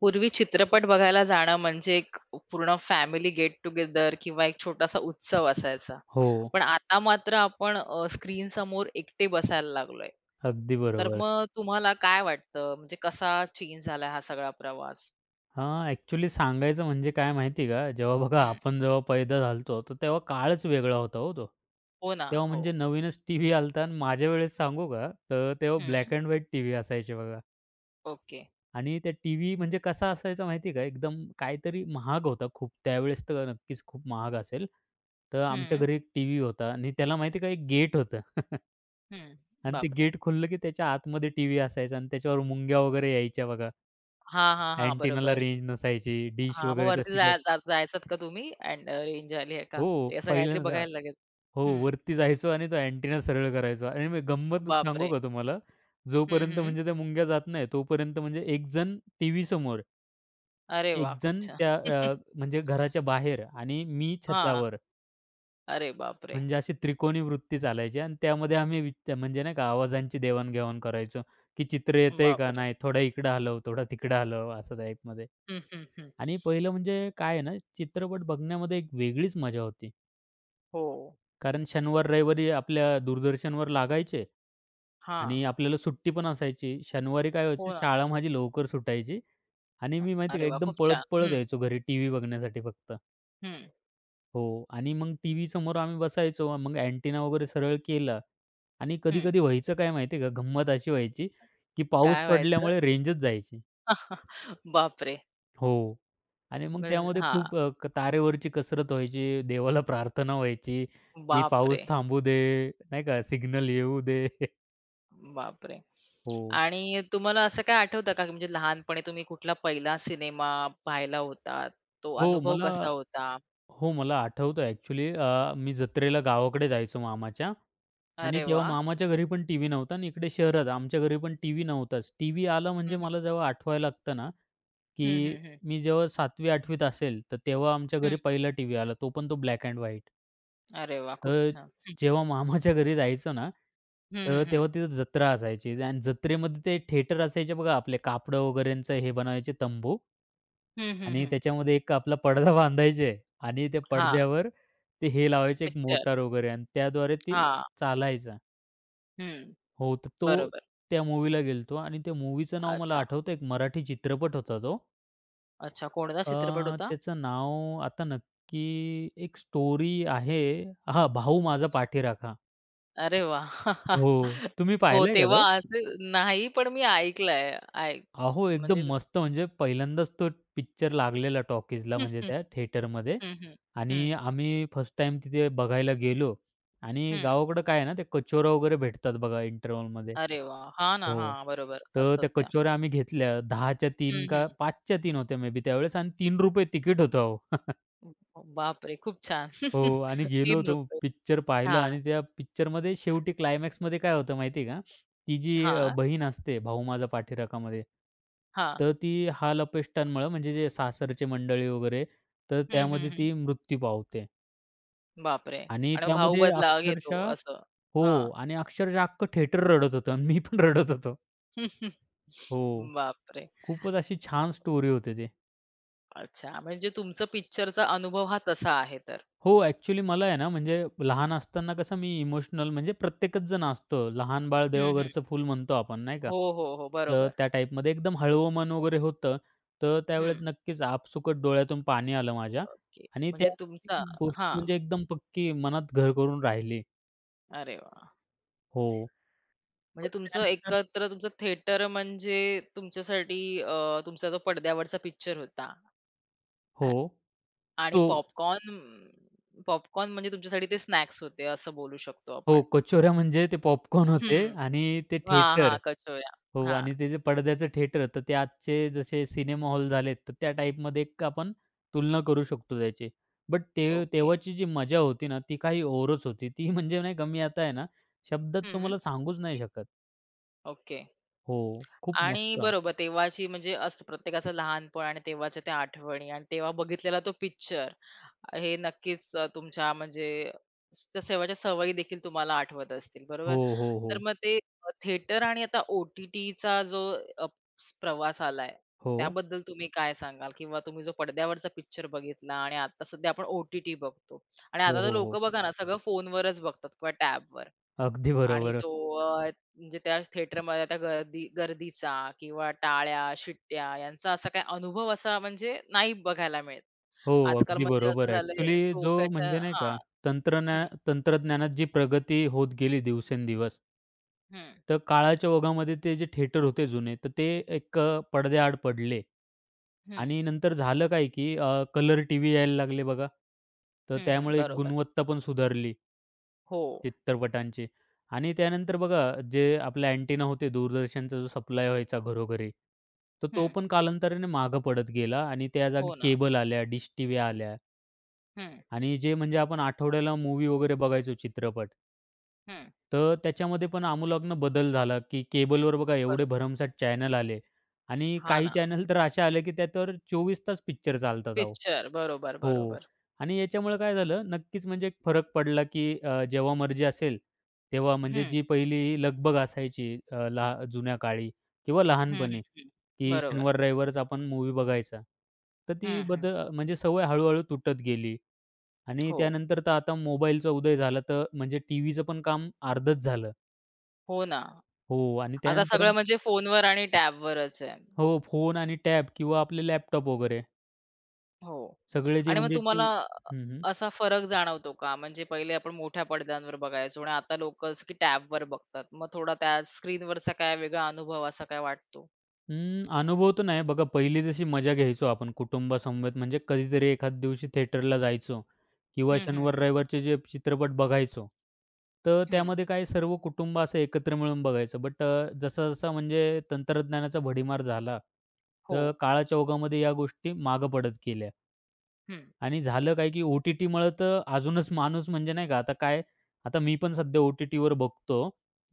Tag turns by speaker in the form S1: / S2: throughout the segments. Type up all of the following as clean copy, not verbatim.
S1: पूर्वी चित्रपट बघायला जाणं म्हणजे एक पूर्ण फॅमिली गेट टुगेदर किंवा एक छोटासा उत्सव असायचा.
S2: हो.
S1: पण आता मात्र आपण स्क्रीन समोर एकटे बसायला लागलोय.
S2: अगदी
S1: तर
S2: बरोबर.
S1: मग तुम्हाला काय वाटतं म्हणजे कसा चेंज झाला हा सगळा प्रवास?
S2: हां, ॲक्चुअली सांगायचं म्हणजे काय माहिती आहे का? जेव्हा बघा
S1: हं.
S2: आपण जेव्हा पैदा झालतो, तर तेव्हा काळच वेगळा होता हो तो.
S1: हो ना.
S2: तेव्हा
S1: हो.
S2: म्हणजे नवीनच टीव्ही आला होता आणि माझ्या वेळेस सांगू का? तर तेव्हा ब्लॅक
S1: हं.
S2: अँड व्हाईट टीव्ही असायचे बघा.
S1: ओके.
S2: आणि त्या टीव्ही म्हणजे कसा असायचा माहिती का? एकदम काहीतरी महाग होता खूप. त्यावेळेस तर नक्कीच खूप महाग असेल. तर आमच्या
S1: हं.
S2: घरी एक टीव्ही होता आणि त्याला माहिती का? एक गेट होतं.
S1: हं.
S2: आणि ते
S1: बापरे!
S2: गेट खुललं की त्याच्या आतमध्ये टीव्ही असायचा आणि त्याच्यावर मुंग्या वगैरे यायच्या बघा.
S1: हां, हां, हां.
S2: अँटेनाला
S1: बरोबर.
S2: रेंज नसायची, डिश
S1: हां, मग
S2: वगैरे
S1: वरती
S2: तशी काय
S1: जायचात का तुम्ही अँड रेंज आली आहे का?
S2: हो,
S1: ते असं काहीतरी
S2: पहिल्यांदा
S1: बघायला लागेल.
S2: हो,
S1: हं.
S2: वरती जायचो आणि तो अँटेना सरळ करायचो आणि मी गंमत सांगू
S1: बापरे!
S2: का तुम्हाला?
S1: हं,
S2: जोपर्यंत
S1: हं.
S2: म्हणजे त्या मुंग्या जात नाही, तोपर्यंत म्हणजे एक जण टीव्ही समोर,
S1: अरे वाह!
S2: एक
S1: खूप
S2: जण
S1: छान.
S2: त्या म्हणजे घराच्या बाहेर आणि मी
S1: हां.
S2: छतावर.
S1: अरे बापरे!
S2: म्हणजे अशी त्रिकोणी वृत्ती चालायची आणि त्यामध्ये आम्ही विच म्हणजे नाही का आवाजांची देवाण-घेवाण करायचो, की चित्र येतंय का
S1: बापरे!
S2: नाही, थोडा इकडं हलव, थोडा तिकडं हलव, असं टाईपमध्ये.
S1: हं, हं, हं.
S2: आणि पहिलं म्हणजे काय आहे ना, चित्रपट बघण्यामध्ये एक वेगळीच मजा होती.
S1: हो.
S2: कारण शनिवार, रविवारी आपल्या दूरदर्शनवर लागायचे
S1: हां.
S2: आणि आपल्याला सुट्टी पण असायची. शनिवारी काय व्हायचं,
S1: हो ना.
S2: शाळा माझी लवकर सुटायची आणि मी माहिती
S1: अरे
S2: आहे का
S1: वाह!
S2: एकदम
S1: खूप छान.
S2: पळत-पळत
S1: हं,
S2: यायचो घरी टीव्ही बघण्यासाठी फक्त.
S1: हं,
S2: हो आणि मग टीव्ही समोर आम्ही बसायचो. मग अँटिना वगैरे सरळ केला आणि
S1: हं.
S2: कधी-कधी व्हायचं काय माहिती आहे का, गंमत अशी व्हायची की पाऊस
S1: काय व्हायचं?
S2: पडल्यामुळे रेंजच जायची.
S1: बापरे!
S2: हो आणि मग
S1: म्हणजे
S2: त्यामध्ये
S1: हां.
S2: खूप अ, क तारेवरची कसरत व्हायची, देवाला प्रार्थना व्हायची की
S1: बापरे!
S2: पाऊस थांबू दे, नाही का, सिग्नल येऊ दे.
S1: बापरे!
S2: हो.
S1: आणि तुम्हाला असं काय आठवतं का, की म्हणजे लहानपणी तुम्ही कुठला पहिला सिनेमा पाहिला होतात? तो
S2: हो,
S1: अनुभव
S2: मला
S1: कसा होता?
S2: हो, मला आठवतं ॲक्चुअली मी जत्रेला गावाकडे जायचो मामाच्या. आणि
S1: अरे
S2: तेव्हा
S1: वाह!
S2: मामाच्या घरी पण टीव्ही नव्हता आणि इकडे शहरात आमच्या घरी पण टीव्ही नव्हताच. टीव्ही आला
S1: हं,
S2: म्हणजे
S1: हं.
S2: मला जेव्हा आठवायला लागतं ना,
S1: हं,
S2: की
S1: हं, हं.
S2: मी जेव्हा 7वी-8वी असेल, तर तेव्हा आमच्या घरी पहिला टीव्ही आला, तो पण तो ब्लॅक एंड व्हाईट.
S1: अरे वाह! खूप
S2: तर
S1: छान. हं.
S2: जेव्हा मामाच्या घरी जायचो ना,
S1: हं,
S2: तर
S1: हं, हं.
S2: तेव्हा तिथं जत्रा असायची आणि जत्रेमध्ये ते थिएटर असायचे बघा आपले कापडं वगैरेंचं हे बनवायचे तंबू
S1: हं, हं,
S2: आणि
S1: हं.
S2: त्याच्यामध्ये एक आपला पडदा बांधायचे आणि त्या पडद्यावर ते हे लावायचे एक
S1: पिक्चर.
S2: मोटार वगैरे आणि त्याद्वारे ते
S1: हां.
S2: चालायचा.
S1: हं,
S2: हो, तर तो
S1: बरोबर.
S2: त्या मूव्हीला गेलतो आणि त्या मूव्हीचं नाव मला
S1: अच्छा,
S2: आठवतं एक मराठी चित्रपट होता तो.
S1: अच्छा. कोणता चित्रपट
S2: अ,
S1: होता?
S2: त्याचं नाव आता नक्की एक स्टोरी आहे. हां, भाऊ माझा पाठीराखा.
S1: अरे वाह!
S2: हो, तुम्ही
S1: हो,
S2: पाहिलाय का
S1: तेव्हा
S2: तो?
S1: असे नाही, पण मी ऐकलंय. ऐक
S2: अहो, एकदम
S1: म्हणजे
S2: मस्त म्हणजे पहिल्यांदाच तो पिक्चर लागलेला टॉकीजला
S1: हं,
S2: म्हणजे
S1: हं,
S2: त्या थिएटरमध्ये
S1: हं, हं,
S2: आणि
S1: हं,
S2: आम्ही फर्स्ट टाईम तिथे बघायला गेलो. आणि
S1: हं.
S2: गावाकडं काय आहे ना, ते कचोऱ्या वगैरे भेटतात बघा इंटरव्हलमध्ये.
S1: अरे वा, हां ना,
S2: हो.
S1: हां, बरोबर
S2: तर त्या
S1: असतात त्या.
S2: कचोऱ्या आम्ही घेतल्या 10च्या तीन
S1: हं, हं.
S2: का 5च्या 3 होत्या मे बी त्यावेळेस आणि ₹3 तिकीट होतं अहो.
S1: बापरे! खूप छान.
S2: हो आणि गेलो
S1: ₹3
S2: होतो. पिक्चर पाहिला
S1: हां,
S2: आणि त्या पिक्चरमध्ये शेवटी क्लायमॅक्समध्ये काय होतं माहिती आहे का? ती जी
S1: हां,
S2: बहीण असते भाऊ माझा पाठीराखामध्ये,
S1: हां.
S2: तर ती हाल अपेष्टांमुळं म्हणजे जे सासरचे मंडळी वगैरे, तर
S1: हं, हं,
S2: त्यामध्ये
S1: हं.
S2: ती मृत्यू पावते
S1: बापरे!
S2: आणि
S1: आणि भाऊ
S2: त्यामध्ये
S1: बदला घेतो
S2: अक्षरशः,
S1: असं.
S2: हो
S1: हां.
S2: आणि अक्षरशः अख्खं थिएटर रडत होतं आणि मी पण रडत होतो. हो.
S1: बापरे!
S2: खूपच अशी छान स्टोरी होती ती.
S1: अच्छा, म्हणजे तुमचा पिक्चरचा अनुभव हा तसा आहे तर.
S2: हो, ॲक्चुअली मला आहे ना, म्हणजे लहान असताना कसं मी इमोशनल म्हणजे प्रत्येकच जण असतो. लहान बाळ
S1: हं, हं.
S2: देवघरचं फूल म्हणतो आपण नाही का?
S1: हो, हो, हो.
S2: तर
S1: बरोबर.
S2: त्या टाईपमध्ये एकदम हळवं मन वगैरे होतं. तर त्यावेळेस
S1: हं.
S2: नक्कीच आपसुकट डोळ्यातून पाणी आलं माझ्या
S1: ओके.
S2: आणि
S1: म्हणजे
S2: त्या
S1: तुमचा
S2: गोष्ट
S1: हां.
S2: म्हणजे एकदम पक्की मनात घर करून राहिली.
S1: अरे वाह!
S2: हो.
S1: म्हणजे
S2: पण
S1: तुमचं
S2: त्यानंतर
S1: एकत्र तुमचं थिएटर म्हणजे तुमच्यासाठी तुमचा तो पडद्यावरचा पिक्चर होता
S2: हो.
S1: हा आणि
S2: तो
S1: पॉपकॉर्न पॉपकॉर्न म्हणजे तुमच्यासाठी ते स्नॅक्स होते असं बोलू शकतो
S2: हो,
S1: आपण.
S2: कचोऱ्या म्हणजे ते पॉपकॉर्न होते
S1: हं.
S2: आणि ते
S1: हां,
S2: थिएटर.
S1: हां. कचोऱ्या.
S2: हो
S1: हां.
S2: आणि ते जे पडद्याचं थिएटर तर ते आजचे जसे सिनेमा हॉल झालेत, तर त्या टाइपमध्ये एक आपण तुलना करू शकतो त्याची. बट ते
S1: ओके.
S2: तेव्हाची जी मजा होती ना, ती काही औरच होती. ती म्हणजे नाही का मी आता आहे ना, शब्दात
S1: हं.
S2: तुम्हाला सांगूच नाही शकत.
S1: ओके.
S2: हो, खूप
S1: आणि
S2: मस्त.
S1: बरोबर तेव्हाची म्हणजे असतं प्रत्येकाचं लहानपण आणि तेव्हाच्या त्या आठवणी आणि तेव्हा बघितलेला तो पिक्चर हे नक्कीच तुमच्या म्हणजे स- त्या सेवाच्या सवयी देखील तुम्हाला आठवत असतील बरोबर
S2: हो, हो,
S1: तर
S2: हो.
S1: मग ते थिएटर आणि आता ओ टी टीचा जो अ, स- प्रवास आलाय
S2: हो.
S1: त्याबद्दल तुम्ही काय सांगाल किंवा तुम्ही जो पडद्यावरचा पिक्चर बघितला आणि आता सध्या आपण ओटीटी बघतो आणि
S2: हो,
S1: आता तर
S2: हो,
S1: लोक
S2: हो.
S1: बघा ना सगळं फोनवरच बघतात किंवा टॅबवर
S2: अगदी
S1: आणि
S2: बरोबर.
S1: तो अ, म्हणजे त्या थिएटरमध्ये त्या गर्दीचा किंवा टाळ्या, शिट्ट्या यांचा असा काही अनुभव असा म्हणजे नाही बघायला मिळत.
S2: हो,
S1: आजकाल
S2: अगदी
S1: म्हणजे
S2: बरोबर.
S1: असं झालंय
S2: ॲक्चुअली जो
S1: सोफ्याच्या
S2: म्हणजे नाही
S1: हां.
S2: का
S1: हं,
S2: तंत्रज्ञानात जी प्रगती होत गेली दिवसेंदिवस,
S1: हं,
S2: तर काळाच्या ओघामध्ये ते जे थिएटर होते जुने, तर ते एक पडद्याआड पडले
S1: हं,
S2: आणि नंतर झालं काय, की कलर टीव्ही यायला लागले बघा. तर
S1: हं, हं.
S2: त्यामुळे एक
S1: बरोबर.
S2: गुणवत्ता पण सुधारली
S1: हो.
S2: चित्रपटांची. आणि त्यानंतर बघा जे आपले अँटेना होते दूरदर्शनचा जो सप्लाय व्हायचा घरोघरी, तर तो
S1: हं.
S2: पण कालांतराने मागं पडत गेला आणि त्या जागी
S1: हो ना.
S2: केबल आल्या, डिश टीव्ह्या आल्या.
S1: हं,
S2: आणि जे म्हणजे आपण आठवड्याला मूव्ही वगैरे बघायचो चित्रपट.
S1: हं.
S2: तर त्याच्यामध्ये पण आमूलाग्न बदल झाला, की केबलवर बघा एवढे
S1: बरोबर.
S2: भरमसाठ चॅनल आले आणि
S1: हां
S2: काही
S1: ना.
S2: चॅनल तर असे आले, की त्याच्यावर 24 तास पिक्चर चालतात अहो.
S1: पिक्चर. बरोबर,
S2: हो.
S1: बरोबर.
S2: आणि याच्यामुळे काय झालं नक्कीच म्हणजे एक फरक पडला, की जेव्हा मर्जी असेल तेव्हा म्हणजे
S1: हं.
S2: जी पहिली लगबग असायची अ, लहा जुन्या काळी किंवा
S1: हं, हं,
S2: लहानपणी,
S1: हं.
S2: की
S1: बरोबर.
S2: शनिवार, रविवारच आपण मूव्ही बघायचा. तर ती
S1: हं, हं.
S2: बदल म्हणजे सवय हळू तुटत गेली आणि
S1: हो.
S2: त्यानंतर तर आता मोबाईलचा उदय झाला, तर म्हणजे टीव्हीचं पण काम अर्धच झालं.
S1: हो ना.
S2: हो आणि
S1: आता
S2: त्यानंतर
S1: सगळं म्हणजे फोनवर आणि टॅबवरच आहे.
S2: हो, फोन आणि टॅब किंवा आपले लॅपटॉप वगैरे
S1: हो.
S2: सगळे जे
S1: आणि मग
S2: म्हणजे ते
S1: तुम्हाला
S2: हं, हं.
S1: असा फरक जाणवतो का? म्हणजे पहिले आपण मोठ्या पडद्यांवर बघायचो आणि आता लोकं जसं की टॅबवर बघतात. मग थोडा त्या स्क्रीनवरचा काय वेगळा अनुभव असा काय वाटतो?
S2: अं, अनुभव तर नाही बघा पहिली जशी मजा घ्यायचो आपण कुटुंबासमवेत म्हणजे कधीतरी एखाद दिवशी थिएटरला जायचो किंवा
S1: हं, हं,
S2: शनिवार
S1: हं.
S2: रविवारचे जे चित्रपट बघायचो. तर
S1: हं.
S2: त्यामध्ये काय सर्व कुटुंब असं एकत्र मिळून बघायचं. बट जसा-जसा म्हणजे तंत्रज्ञानाचा भडीमार झाला,
S1: हो.
S2: तर काळाच्या ओघामध्ये या गोष्टी मागं पडत गेल्या.
S1: हं.
S2: आणि झालं काय, की ओ-टी-टीमुळं तर अजूनच माणूस म्हणजे नाही का, आता काय, आता मी पण सध्या ओ-टी-टीवर बघतो.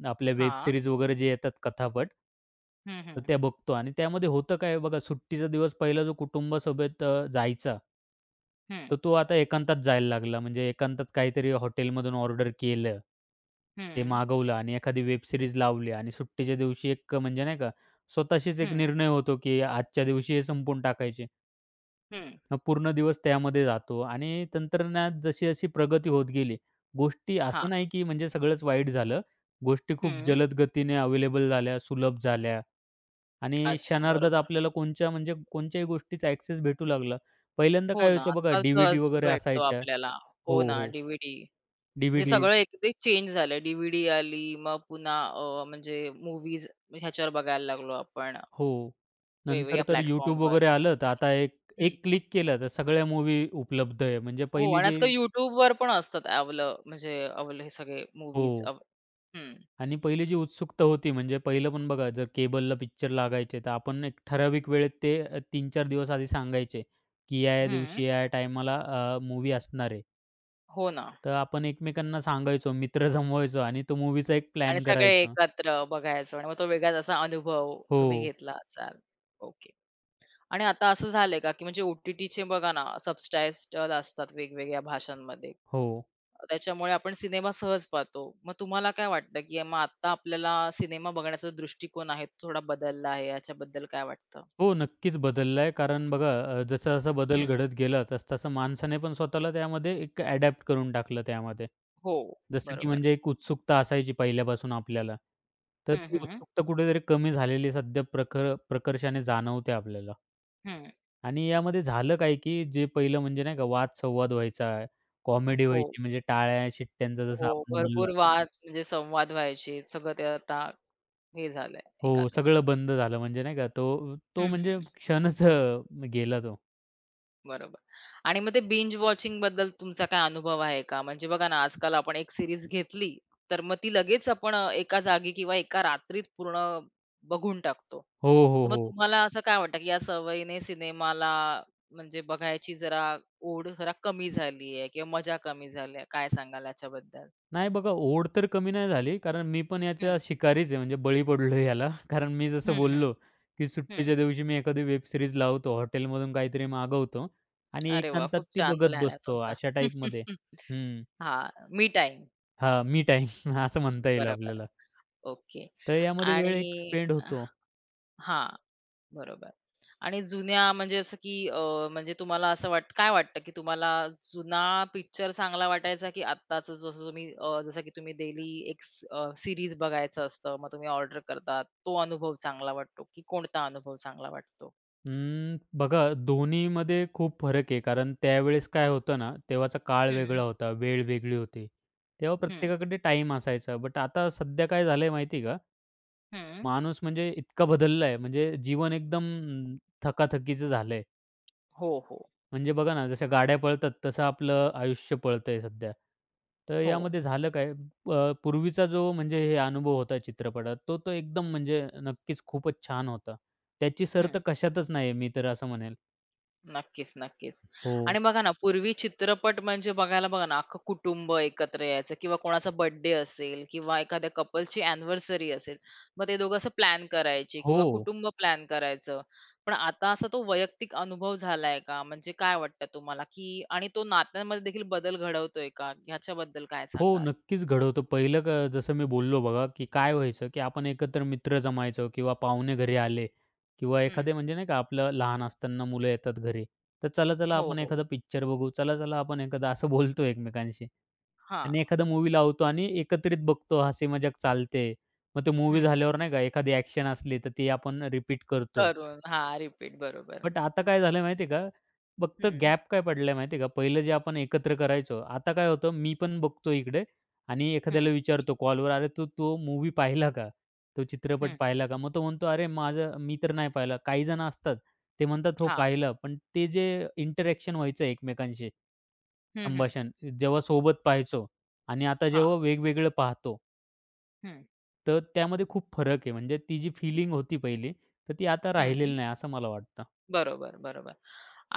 S2: आपल्या वेब
S1: हां.
S2: सीरीज वगैरे जे येतात कथापट.
S1: हं,
S2: तर
S1: हं.
S2: त्या बघतो आणि त्यामध्ये होतं काय बघा, सुट्टीचा दिवस पहिला जो कुटुंबासोबत जायचा,
S1: हं.
S2: तर तो आता एकांतात जायला लागला. म्हणजे एकांतात काहीतरी हॉटेलमधून ऑर्डर केलं. ते
S1: हं.
S2: मागवलं आणि एखादी वेब सीरीज लावली आणि सुट्टीच्या दिवशी एक म्हणजे नाही का, स्वतःशीच एक
S1: हं.
S2: निर्णय होतो, की आजच्या दिवशी हे संपवून टाकायचे.
S1: हं.
S2: मग पूर्ण दिवस त्यामध्ये जातो आणि तंत्रज्ञानात जशी-जशी प्रगती होत गेली, गोष्टी
S1: हां.
S2: असं नाही की म्हणजे सगळंच वाईट झालं. गोष्टी खूप
S1: हं.
S2: जलद गतीने अवेलेबल झाल्या, सुलभ झाल्या आणि
S1: अच्छा.
S2: क्षणार्धात
S1: बरोबर.
S2: आपल्याला कोणच्या म्हणजे कोणत्याही गोष्टीचा ॲक्सेस भेटू लागला. पहिल्यांदा
S1: हो
S2: काय
S1: ना.
S2: व्हायचं बघा,
S1: आजकाल
S2: डी-व्ही-डी
S1: सहज
S2: वगैरे
S1: भेटतो
S2: असायच्या.
S1: आपल्याला. हो
S2: हो,
S1: ना,
S2: हो.
S1: डी म्हणजे
S2: डी-व्ही-डी.
S1: सगळं एकदा चेंज झालंय. डी आली, मग पुन्हा म्हणजे मूव्हीज ह्याच्यावर बघायला लागलो आपण.
S2: हो. नंतर
S1: वेगवेगळ्या
S2: तर YouTube
S1: प्लॅटफॉर्मवर.
S2: वगैरे आलं, तर आता एक
S1: हं.
S2: एक क्लिक केलं तर सगळ्या मूव्ही उपलब्ध आहे. म्हणजे
S1: हो
S2: पहिली
S1: आणि
S2: जी
S1: आजकाल YouTubeवर पण असतात आपलं म्हणजे आपले हे सगळे
S2: हो.
S1: मूव्हीज अव हं.
S2: आणि पहिली जी उत्सुकता होती म्हणजे पहिलं पण बघा जर केबलला पिक्चर लागायचे तर आपण एक ठराविक वेळेत ते 3-4 दिवस आधी सांगायचे, की या-या दिवशी या-या टायमाला मूव्ही असणार आहे.
S1: हो ना.
S2: तर आपण एकमेकांना सांगायचो, मित्र जमवायचो आणि तो मूव्हीचा एक
S1: आणि
S2: प्लॅन
S1: सगळे
S2: करायचा.
S1: एकत्र बघायचो आणि मग तो वेगळाच असा अनुभव तुम्ही
S2: हो,
S1: घेतला असाल. ओके. आणि आता असं झालंय का, की म्हणजे ओ टी बघा ना सबटायटल असतात वेगवेगळ्या भाषांमध्ये.
S2: हो.
S1: त्याच्यामुळे आपण सिनेमा सहज पाहतो. मग तुम्हाला काय वाटतं, की मग आता आपल्याला सिनेमा बघण्याचा जो दृष्टिकोन आहे तो थोडा बदलला आहे याच्याबद्दल काय वाटतं?
S2: हो, नक्कीच बदलला आहे. कारण बघा जसा-जसा बदल
S1: हं.
S2: घडत गेला, तस तसं माणसाने पण स्वतःला त्यामध्ये एक अडॅप्ट करून टाकलं त्यामध्ये.
S1: हो.
S2: जसं की
S1: बरोबर.
S2: म्हणजे एक उत्सुकता असायची पहिल्यापासून आपल्याला, तर
S1: हं,
S2: ती
S1: हं.
S2: उत्सुकता कुठेतरी कमी झालेली सध्या प्रखर प्रकर्षाने जाणवते आपल्याला.
S1: हं.
S2: आणि यामध्ये झालं काय, की जे पहिलं म्हणजे नाही का वाद-संवाद व्हायचा, कॉमेडी
S1: हो,
S2: व्हायची म्हणजे टाळ्या-शिट्ट्यांचं जसं
S1: हो.
S2: आपण म्हणलं,
S1: भरपूर वाद म्हणजे संवाद व्हायचे. सगळं ते आता हे झालंय
S2: हो,
S1: एकातर.
S2: सगळं बंद झालं म्हणजे नाही का तो तो
S1: हं,
S2: म्हणजे
S1: हं.
S2: क्षणच गेला तो.
S1: बरोबर. आणि मग ते बिंज वॉचिंग बद्दल तुमचा काय अनुभव आहे का? म्हणजे बघा ना, आजकाल आपण एक सीरीज घेतली, तर मग ती लगेच आपण एका जागी किंवा एका रात्रीत पूर्ण बघून टाकतो.
S2: हो, हो,
S1: तर मग
S2: हो.
S1: तुम्हाला असं काय वाटतं, की या सवयीने सिनेमाला म्हणजे बघायची जरा ओढ जरा कमी झाली किंवा मजा कमी झाली काय सांगाल याच्याबद्दल?
S2: नाही बघा, ओढ तर कमी नाही झाली. कारण मी पण याच्या
S1: हं.
S2: शिकारीच आहे, म्हणजे बळी पडलो याला. कारण मी जसं
S1: हं, हं.
S2: बोललो, की
S1: हं.
S2: सुट्टीच्या दिवशी मी एखादी वेब सीरीज लावतो, हॉटेलमधून काहीतरी मागवतो आणि
S1: अरे वा,
S2: एकांतात
S1: खूप
S2: ती
S1: छान
S2: बघत
S1: प्लॅन आहे
S2: बसतो,
S1: तुमचा.
S2: अशा टाईपमध्ये. हं.
S1: हां, मी टाइम,
S2: हां, मी टाईम असं म्हणता येईल
S1: बरोबर.
S2: आपल्याला.
S1: ओके.
S2: तर यामध्ये वेळ एक
S1: आणि
S2: स्पेंड होतो.
S1: हां, बरोबर. आणि जुन्या म्हणजे असं की म्हणजे तुम्हाला असं काय वाटतं की तुम्हाला जुना पिक्चर चांगला वाटायचा की आत्ताचं जसं तुम्ही जसं की तुम्ही डेली एक सीरीज बघायचं असतं, मग तुम्ही ऑर्डर करता, तो अनुभव चांगला वाटतो की कोणता अनुभव चांगला वाटतो?
S2: अं, बघा दोन्हीमध्ये खूप फरक आहे. कारण त्यावेळेस काय होतं ना, तेव्हाचा काळ वेगळा
S1: हं,
S2: होता, वेळ वेगळी होती. तेव्हा
S1: हं,
S2: प्रत्येकाकडे टाईम असायचा. बट आता सध्या काय झालंय माहिती का?
S1: हं.
S2: माणूस म्हणजे इतका बदलला आहे, म्हणजे जीवन एकदम थकाथकीचं झालंय.
S1: हो, हो,
S2: म्हणजे बघा ना, जशा गाड्या पळतात तसं आपलं आयुष्य पळतंय सध्या. तर
S1: हो.
S2: यामध्ये झालं काय, पूर्वीचा जो म्हणजे हे अनुभव होता चित्रपटात, तो तर एकदम म्हणजे नक्कीच खूपच छान होता. त्याची सर
S1: हं.
S2: तर कशातच नाही मी तर असं म्हणेल.
S1: नक्कीच, नक्कीच.
S2: हो.
S1: आणि बघा ना, पूर्वी चित्रपट म्हणजे बघायला बघा ना, अख्खं कुटुंब एकत्र यायचं किंवा कोणाचा बर्थडे असेल किंवा एखाद्या कपलची अॅनिव्हर्सरी असेल, मग ते दोघं असं प्लॅन करायचे
S2: हो.
S1: किंवा कुटुंब प्लॅन करायचं. पण आता असा तो वैयक्तिक अनुभव झालाय का? म्हणजे काय वाटतं तुम्हाला, की आणि तो नात्यांमध्ये देखील बदल घडवतोय का? ह्याच्याबद्दल काय
S2: हो,
S1: सांगाल?
S2: नक्कीच घडवतो. पहिलं जसं मी बोललो बघा, की काय व्हायचं, की आपण एकत्र मित्र जमायचो किंवा पाहुणे घरी आले किंवा
S1: हं.
S2: एखादे म्हणजे नाही का आपलं लहान असताना मुलं येतात घरी, तर चला-चला
S1: हो,
S2: आपण
S1: हो.
S2: एखादा पिक्चर बघू, चला-चला आपण एखादा असं बोलतो एकमेकांशी
S1: हां.
S2: आणि एखादा मूवी लावतो आणि एकत्रित बघतो, हसी मजाक चालते. मग ते मूव्ही
S1: हं.
S2: झाल्यावर नाही का एखादी ॲक्शन असली, तर ती आपण रिपीट करतो.
S1: करून हां, रिपीट बरोबर.
S2: बट आता काय झालं माहिती आहे का? फक्त
S1: हं,
S2: गॅप काय पडलाय माहिती आहे का? पहिलं जे आपण एकत्र करायचो, आता काय होतं मी पण बघतो इकडे आणि एखाद्याला
S1: हं,
S2: विचारतो कॉलवर, "अरे तू तो मूव्ही पाहिला का? तो चित्रपट
S1: हं.
S2: पाहिला का?" मग तो म्हणतो, "अरे माझं मी तर नाही पाहिला." काही जण असतात ते म्हणतात, "हो
S1: हां.
S2: पाहिलं." पण ते जे इंटरॅक्शन व्हायचं एकमेकांशी,
S1: हं, हं.
S2: संभाषण जेव्हा सोबत पाहायचो आणि आता
S1: हां.
S2: जेव्हा वेगवेगळं पाहतो,
S1: हं,
S2: तर त्यामध्ये खूप फरक आहे. म्हणजे ती जी फीलिंग होती पहिली, तर ती आता राहिलेली
S1: हं.
S2: नाही असं मला वाटतं.
S1: बरोबर, बरोबर.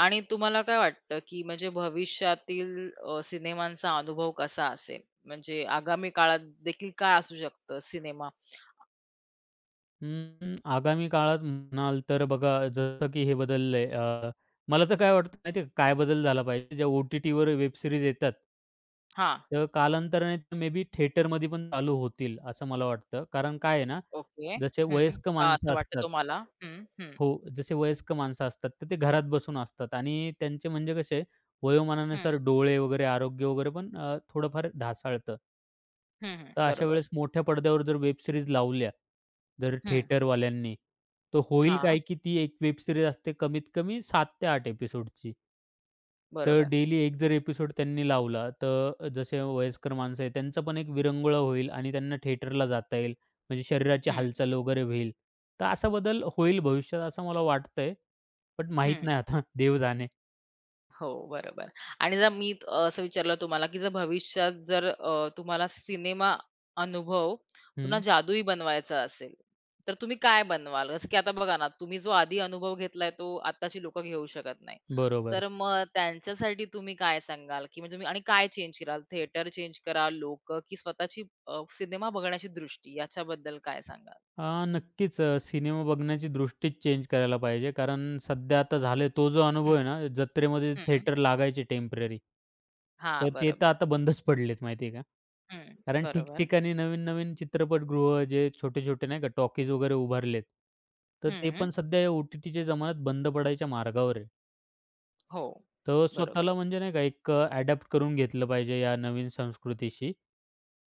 S1: आणि तुम्हाला काय वाटतं, की म्हणजे भविष्यातील सिनेमांचा अनुभव कसा असेल? म्हणजे आगामी काळात देखील काय असू शकतं सिनेमा?
S2: अं, आगामी काळात म्हणाल तर बघा जसं की हे बदललंय मला तर काय वाटतं माहिती आहे का, काय बदल झाला पाहिजे ज्या ओ-टी-टीवर वेब सीरीज येतात,
S1: हां,
S2: तर कालांतराने मे बी थिएटरमध्ये पण चालू होतील असं मला वाटतं. कारण काय आहे ना,
S1: ओके.
S2: जसे
S1: हं.
S2: वयस्क
S1: का असं
S2: माणसं
S1: वाटतं
S2: असतात.
S1: तुम्हाला? हं, हं,
S2: हो, जसे वयस्क माणसं असतात तर ते घरात बसून असतात आणि त्यांचे म्हणजे कसे
S1: हं,
S2: वयोमानानुसार डोळे वगैरे, आरोग्य वगैरे पण थोडंफार ढासाळतं.
S1: हं, हं.
S2: तर अशा
S1: बरोबर.
S2: वेळेस मोठ्या पडद्यावर जर वेब सीरीज लावल्या, जर
S1: हं.
S2: थिएटरवाल्यांनी, तर होईल
S1: हां,
S2: काय, की ती एक वेब सीरीज असते कमीत कमी 7 ते 8 एपिसोडची. तर
S1: बरोबर.
S2: डेली एक जर एपिसोड त्यांनी लावला, तर जसे वयस्कर माणसं आहेत त्यांचं पण एक विरंगुळा होईल आणि त्यांना थिएटरला जाता येईल. म्हणजे शरीराची
S1: हं,
S2: हालचाल वगैरे होईल. तर असा बदल होईल भविष्यात असं मला वाटतंय. पण माहीत
S1: हं.
S2: नाही आता देव जाणे.
S1: हो, बरोबर. आणि जर मी असं विचारलं तुम्हाला, की जर भविष्यात जर तुम्हाला सिनेमा अनुभव पुन्हा
S2: हं,
S1: जादुई बनवायचा असेल, तर तुम्ही काय बनवाल? जसं की आता बघा ना, तुम्ही जो आधी अनुभव घेतलाय तो आत्ताची लोकं घेऊ शकत नाही.
S2: बरोबर.
S1: तर मग त्यांच्यासाठी तुम्ही काय सांगाल? की म्हणजे तुम्ही आणि काय चेंज कराल? थिएटर चेंज कराल, लोकं की स्वतःची सिनेमा बघण्याची दृष्टी याच्याबद्दल काय सांगाल?
S2: अ, नक्कीच सिनेमा बघण्याची दृष्टीच चेंज करायला पाहिजे. कारण सध्या आता झालं तो जो अनुभव
S1: हं,
S2: आहे ना, जत्रेमध्ये
S1: हं.
S2: थिएटर लागायचे टेम्पररी. तर
S1: हां,
S2: ते तर
S1: बरोबर.
S2: आता बंदच पडलेत माहिती आहे का.
S1: हं,
S2: कारण
S1: बरोबर.
S2: ठिकठिकाणी नवीन-नवीन चित्रपटगृह जे छोटे-छोटे नाही का टॉकीज वगैरे उभारलेत. तर ते
S1: हं.
S2: पण सध्या या ओ-टी-टीच्या जमान्यात बंद पडायच्या मार्गावर आहे.
S1: हो,
S2: तर
S1: बरोबर.
S2: स्वतःला म्हणजे नाही का एक करून घेतलं पाहिजे या नवीन संस्कृतीशी.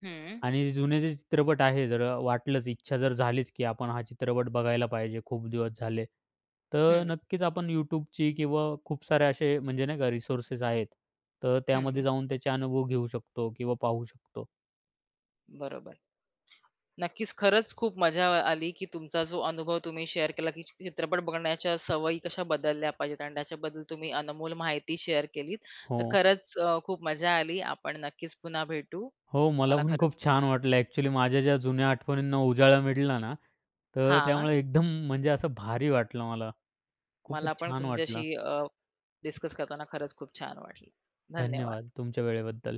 S1: हं,
S2: आणि जे जुने जे चित्रपट आहे, जर वाटलंच, इच्छा जर झालीच, की आपण हा चित्रपट बघायला पाहिजे, खूप दिवस झाले. तर
S1: हं.
S2: नक्कीच आपण YouTubeची किंवा खूप सारे असे म्हणजे नाही का रिसोर्सेस आहेत. तर
S1: हं,
S2: त्यामध्ये जाऊन त्याचे अनुभव घेऊ शकतो किंवा पाहू शकतो.
S1: बरोबर. नक्कीच खरंच खूप मजा आली, की तुमचा जो अनुभव तुम्ही शेअर केला, की चित्रपट बघण्याच्या सवयी कशा बदलल्या पाहिजेत आणि त्याच्याबद्दल तुम्ही अनमोल माहिती शेअर केलीत.
S2: हो.
S1: तर खरंच खूप मजा आली. आपण नक्कीच पुन्हा भेटू.
S2: हो, मला
S1: मला
S2: पण खूप
S1: खरंच खूप
S2: छान
S1: छ
S2: वाटलं. ॲक्चुअली माझ्या ज्या जुन्या आठवणींना उजाळा मिळाला ना, तर
S1: हां,
S2: त्यामुळे एकदम म्हणजे असं भारी वाटलं मला.
S1: मला
S2: खूपच
S1: पण
S2: छान
S1: तुमच्याशी
S2: वाटलं.
S1: डिस्कस करताना खरंच खूप छान वाटलं. धन्यवाद.
S2: धन्यवाद तुमच्या वेळेबद्दल.